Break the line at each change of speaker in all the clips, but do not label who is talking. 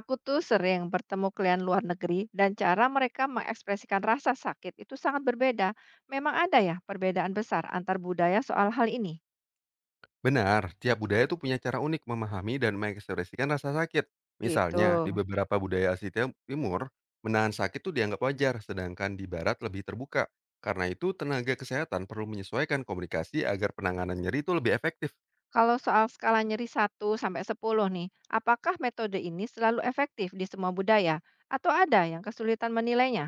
Aku tuh sering bertemu klien luar negeri dan cara mereka mengekspresikan rasa sakit itu sangat berbeda. Memang ada ya perbedaan besar antar budaya soal hal ini?
Benar, tiap budaya itu punya cara unik memahami dan mengekspresikan rasa sakit.
Gitu.
Misalnya, di beberapa budaya Asia Timur, menahan sakit itu dianggap wajar, sedangkan di Barat lebih terbuka. Karena itu, tenaga kesehatan perlu menyesuaikan komunikasi agar penanganan nyeri itu lebih efektif.
Kalau soal skala nyeri 1 sampai 10 nih, apakah metode ini selalu efektif di semua budaya atau ada yang kesulitan menilainya?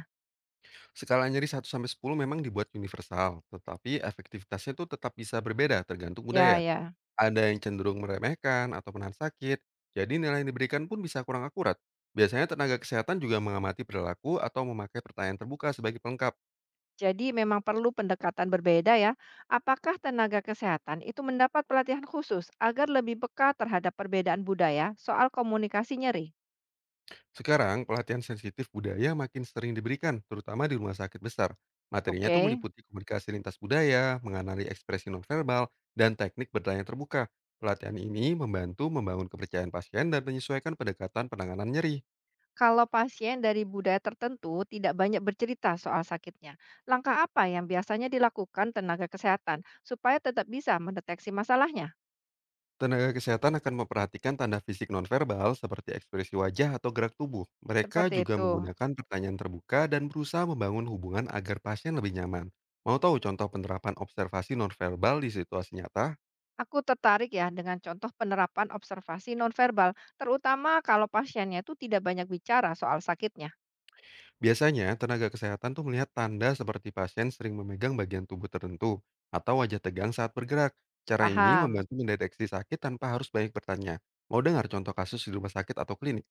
Skala nyeri satu sampai sepuluh memang dibuat universal, tetapi efektivitasnya itu tetap bisa berbeda tergantung
Ya,
budaya.
ya.
Ada yang cenderung meremehkan atau menahan sakit, jadi nilai yang diberikan pun bisa kurang akurat. Biasanya tenaga kesehatan juga mengamati perilaku atau memakai pertanyaan terbuka sebagai pelengkap.
Jadi memang perlu pendekatan berbeda ya. Apakah tenaga kesehatan itu mendapat pelatihan khusus agar lebih peka terhadap perbedaan budaya soal komunikasi nyeri?
Sekarang, pelatihan sensitif budaya makin sering diberikan, terutama di rumah sakit besar. Materinya tuh
Oke.
meliputi komunikasi lintas budaya, mengenali ekspresi nonverbal, dan teknik bertanya terbuka. Pelatihan ini membantu membangun kepercayaan pasien dan menyesuaikan pendekatan penanganan nyeri.
Kalau pasien dari budaya tertentu tidak banyak bercerita soal sakitnya, langkah apa yang biasanya dilakukan tenaga kesehatan supaya tetap bisa mendeteksi masalahnya?
Tenaga kesehatan akan memperhatikan tanda fisik nonverbal seperti ekspresi wajah atau gerak tubuh. Mereka
Seperti
juga
itu.
menggunakan pertanyaan terbuka dan berusaha membangun hubungan agar pasien lebih nyaman. Mau tahu contoh penerapan observasi nonverbal di situasi nyata?
Aku tertarik ya dengan contoh penerapan observasi nonverbal, terutama kalau pasiennya itu tidak banyak bicara soal sakitnya.
Biasanya, tenaga kesehatan tuh melihat tanda seperti pasien sering memegang bagian tubuh tertentu atau wajah tegang saat bergerak. Cara ini
Paham.
membantu mendeteksi sakit tanpa harus banyak bertanya. Mau dengar contoh kasus di rumah sakit atau klinik?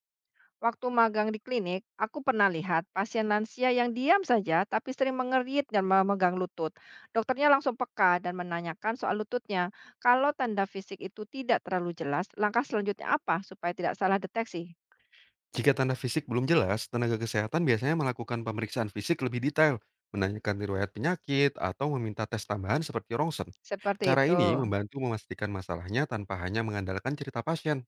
Waktu magang di klinik, aku pernah lihat pasien lansia yang diam saja tapi sering mengerit dan memegang lutut. Dokternya langsung peka dan menanyakan soal lututnya. Kalau tanda fisik itu tidak terlalu jelas, langkah selanjutnya apa supaya tidak salah deteksi?
Jika tanda fisik belum jelas, tenaga kesehatan biasanya melakukan pemeriksaan fisik lebih detail, menanyakan riwayat penyakit, atau meminta tes tambahan seperti rongsen.
Seperti
Cara
itu.
ini membantu memastikan masalahnya tanpa hanya mengandalkan cerita pasien.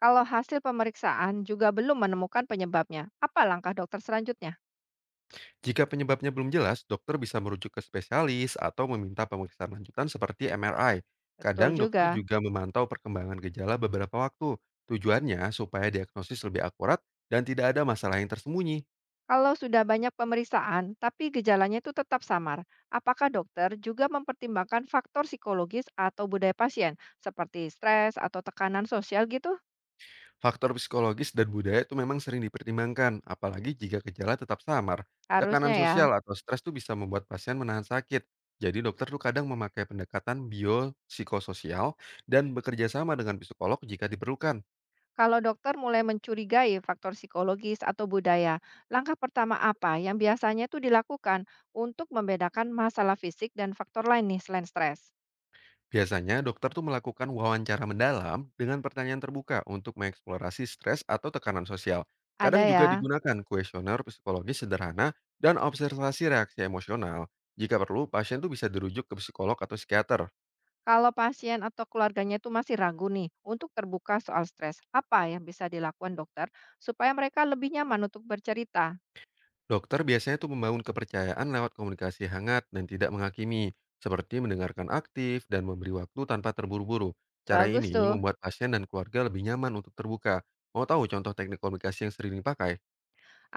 Kalau hasil pemeriksaan juga belum menemukan penyebabnya, apa langkah dokter selanjutnya?
Jika penyebabnya belum jelas, dokter bisa merujuk ke spesialis atau meminta pemeriksaan lanjutan seperti MRI.
Betul
Kadang dokter
juga.
juga memantau perkembangan gejala beberapa waktu. Tujuannya supaya diagnosis lebih akurat dan tidak ada masalah yang tersembunyi.
Kalau sudah banyak pemeriksaan, tapi gejalanya itu tetap samar, apakah dokter juga mempertimbangkan faktor psikologis atau budaya pasien, seperti stres atau tekanan sosial gitu?
Faktor psikologis dan budaya itu memang sering dipertimbangkan, apalagi jika gejala tetap samar.
Harusnya
Tekanan
ya.
sosial atau stres tuh bisa membuat pasien menahan sakit. Jadi dokter tuh kadang memakai pendekatan biopsikososial dan bekerja sama dengan psikolog jika diperlukan.
Kalau dokter mulai mencurigai faktor psikologis atau budaya, langkah pertama apa yang biasanya itu dilakukan untuk membedakan masalah fisik dan faktor lain nih selain stres?
Biasanya dokter tuh melakukan wawancara mendalam dengan pertanyaan terbuka untuk mengeksplorasi stres atau tekanan sosial.
Ada
Kadang
ya.
juga digunakan kuesioner psikologis sederhana dan observasi reaksi emosional. Jika perlu, pasien tuh bisa dirujuk ke psikolog atau psikiater.
Kalau pasien atau keluarganya itu masih ragu nih untuk terbuka soal stres, apa yang bisa dilakukan dokter supaya mereka lebih nyaman untuk bercerita?
Dokter biasanya tuh membangun kepercayaan lewat komunikasi hangat dan tidak menghakimi, seperti mendengarkan aktif dan memberi waktu tanpa terburu-buru. Cara
Bagus
ini
tuh.
membuat pasien dan keluarga lebih nyaman untuk terbuka. Mau tahu contoh teknik komunikasi yang sering dipakai?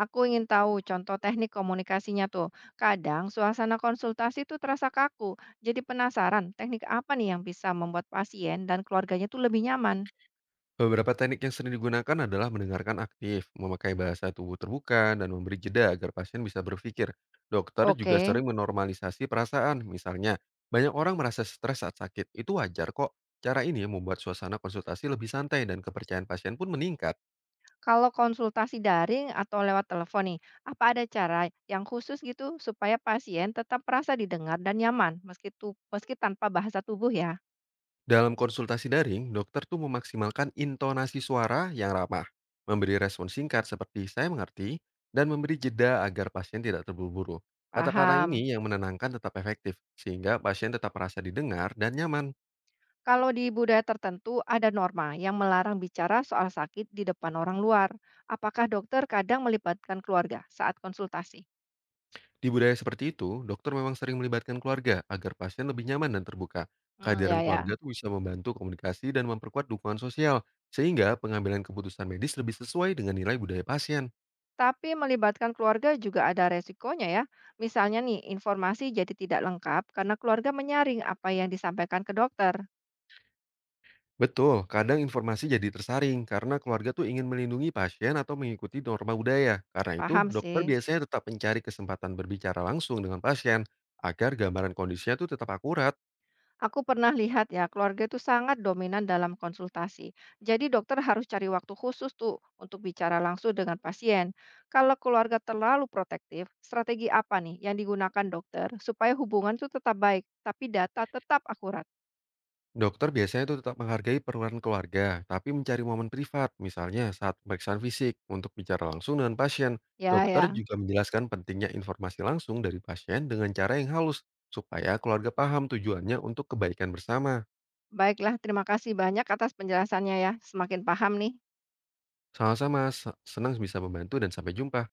Aku ingin tahu contoh teknik komunikasinya tuh. Kadang suasana konsultasi itu terasa kaku. Jadi penasaran teknik apa nih yang bisa membuat pasien dan keluarganya tuh lebih nyaman?
Beberapa teknik yang sering digunakan adalah mendengarkan aktif, memakai bahasa tubuh terbuka, dan memberi jeda agar pasien bisa berpikir. Dokter juga
Oke.
sering menormalisasi perasaan, misalnya banyak orang merasa stres saat sakit, itu wajar kok. Cara ini membuat suasana konsultasi lebih santai dan kepercayaan pasien pun meningkat.
Kalau konsultasi daring atau lewat telepon nih, apa ada cara yang khusus gitu supaya pasien tetap merasa didengar dan nyaman meski tanpa bahasa tubuh ya?
Dalam konsultasi daring, dokter tuh memaksimalkan intonasi suara yang ramah, memberi respon singkat seperti "saya mengerti", dan memberi jeda agar pasien tidak terburu-buru. Kata-kata
Paham.
ini yang menenangkan tetap efektif, sehingga pasien tetap merasa didengar dan nyaman.
Kalau di budaya tertentu ada norma yang melarang bicara soal sakit di depan orang luar. Apakah dokter kadang melibatkan keluarga saat konsultasi?
Di budaya seperti itu, dokter memang sering melibatkan keluarga agar pasien lebih nyaman dan terbuka.
Hmm,
Kehadiran
ya, ya.
keluarga tuh bisa membantu komunikasi dan memperkuat dukungan sosial, sehingga pengambilan keputusan medis lebih sesuai dengan nilai budaya pasien.
Tapi melibatkan keluarga juga ada resikonya ya. Misalnya nih, informasi jadi tidak lengkap karena keluarga menyaring apa yang disampaikan ke dokter.
Betul, kadang informasi jadi tersaring karena keluarga tuh ingin melindungi pasien atau mengikuti norma budaya. Karena
Paham
itu, dokter
sih.
biasanya tetap mencari kesempatan berbicara langsung dengan pasien agar gambaran kondisinya tuh tetap akurat.
Aku pernah lihat ya, keluarga itu sangat dominan dalam konsultasi. Jadi dokter harus cari waktu khusus tuh untuk bicara langsung dengan pasien. Kalau keluarga terlalu protektif, strategi apa nih yang digunakan dokter supaya hubungan itu tetap baik, tapi data tetap akurat?
Dokter biasanya tuh tetap menghargai peran keluarga, tapi mencari momen privat, misalnya saat pemeriksaan fisik untuk bicara langsung dengan pasien.
Ya,
Dokter
ya.
juga menjelaskan pentingnya informasi langsung dari pasien dengan cara yang halus supaya keluarga paham tujuannya untuk kebaikan bersama.
Baiklah, terima kasih banyak atas penjelasannya ya. Semakin paham nih.
Sama-sama, senang bisa membantu dan sampai jumpa.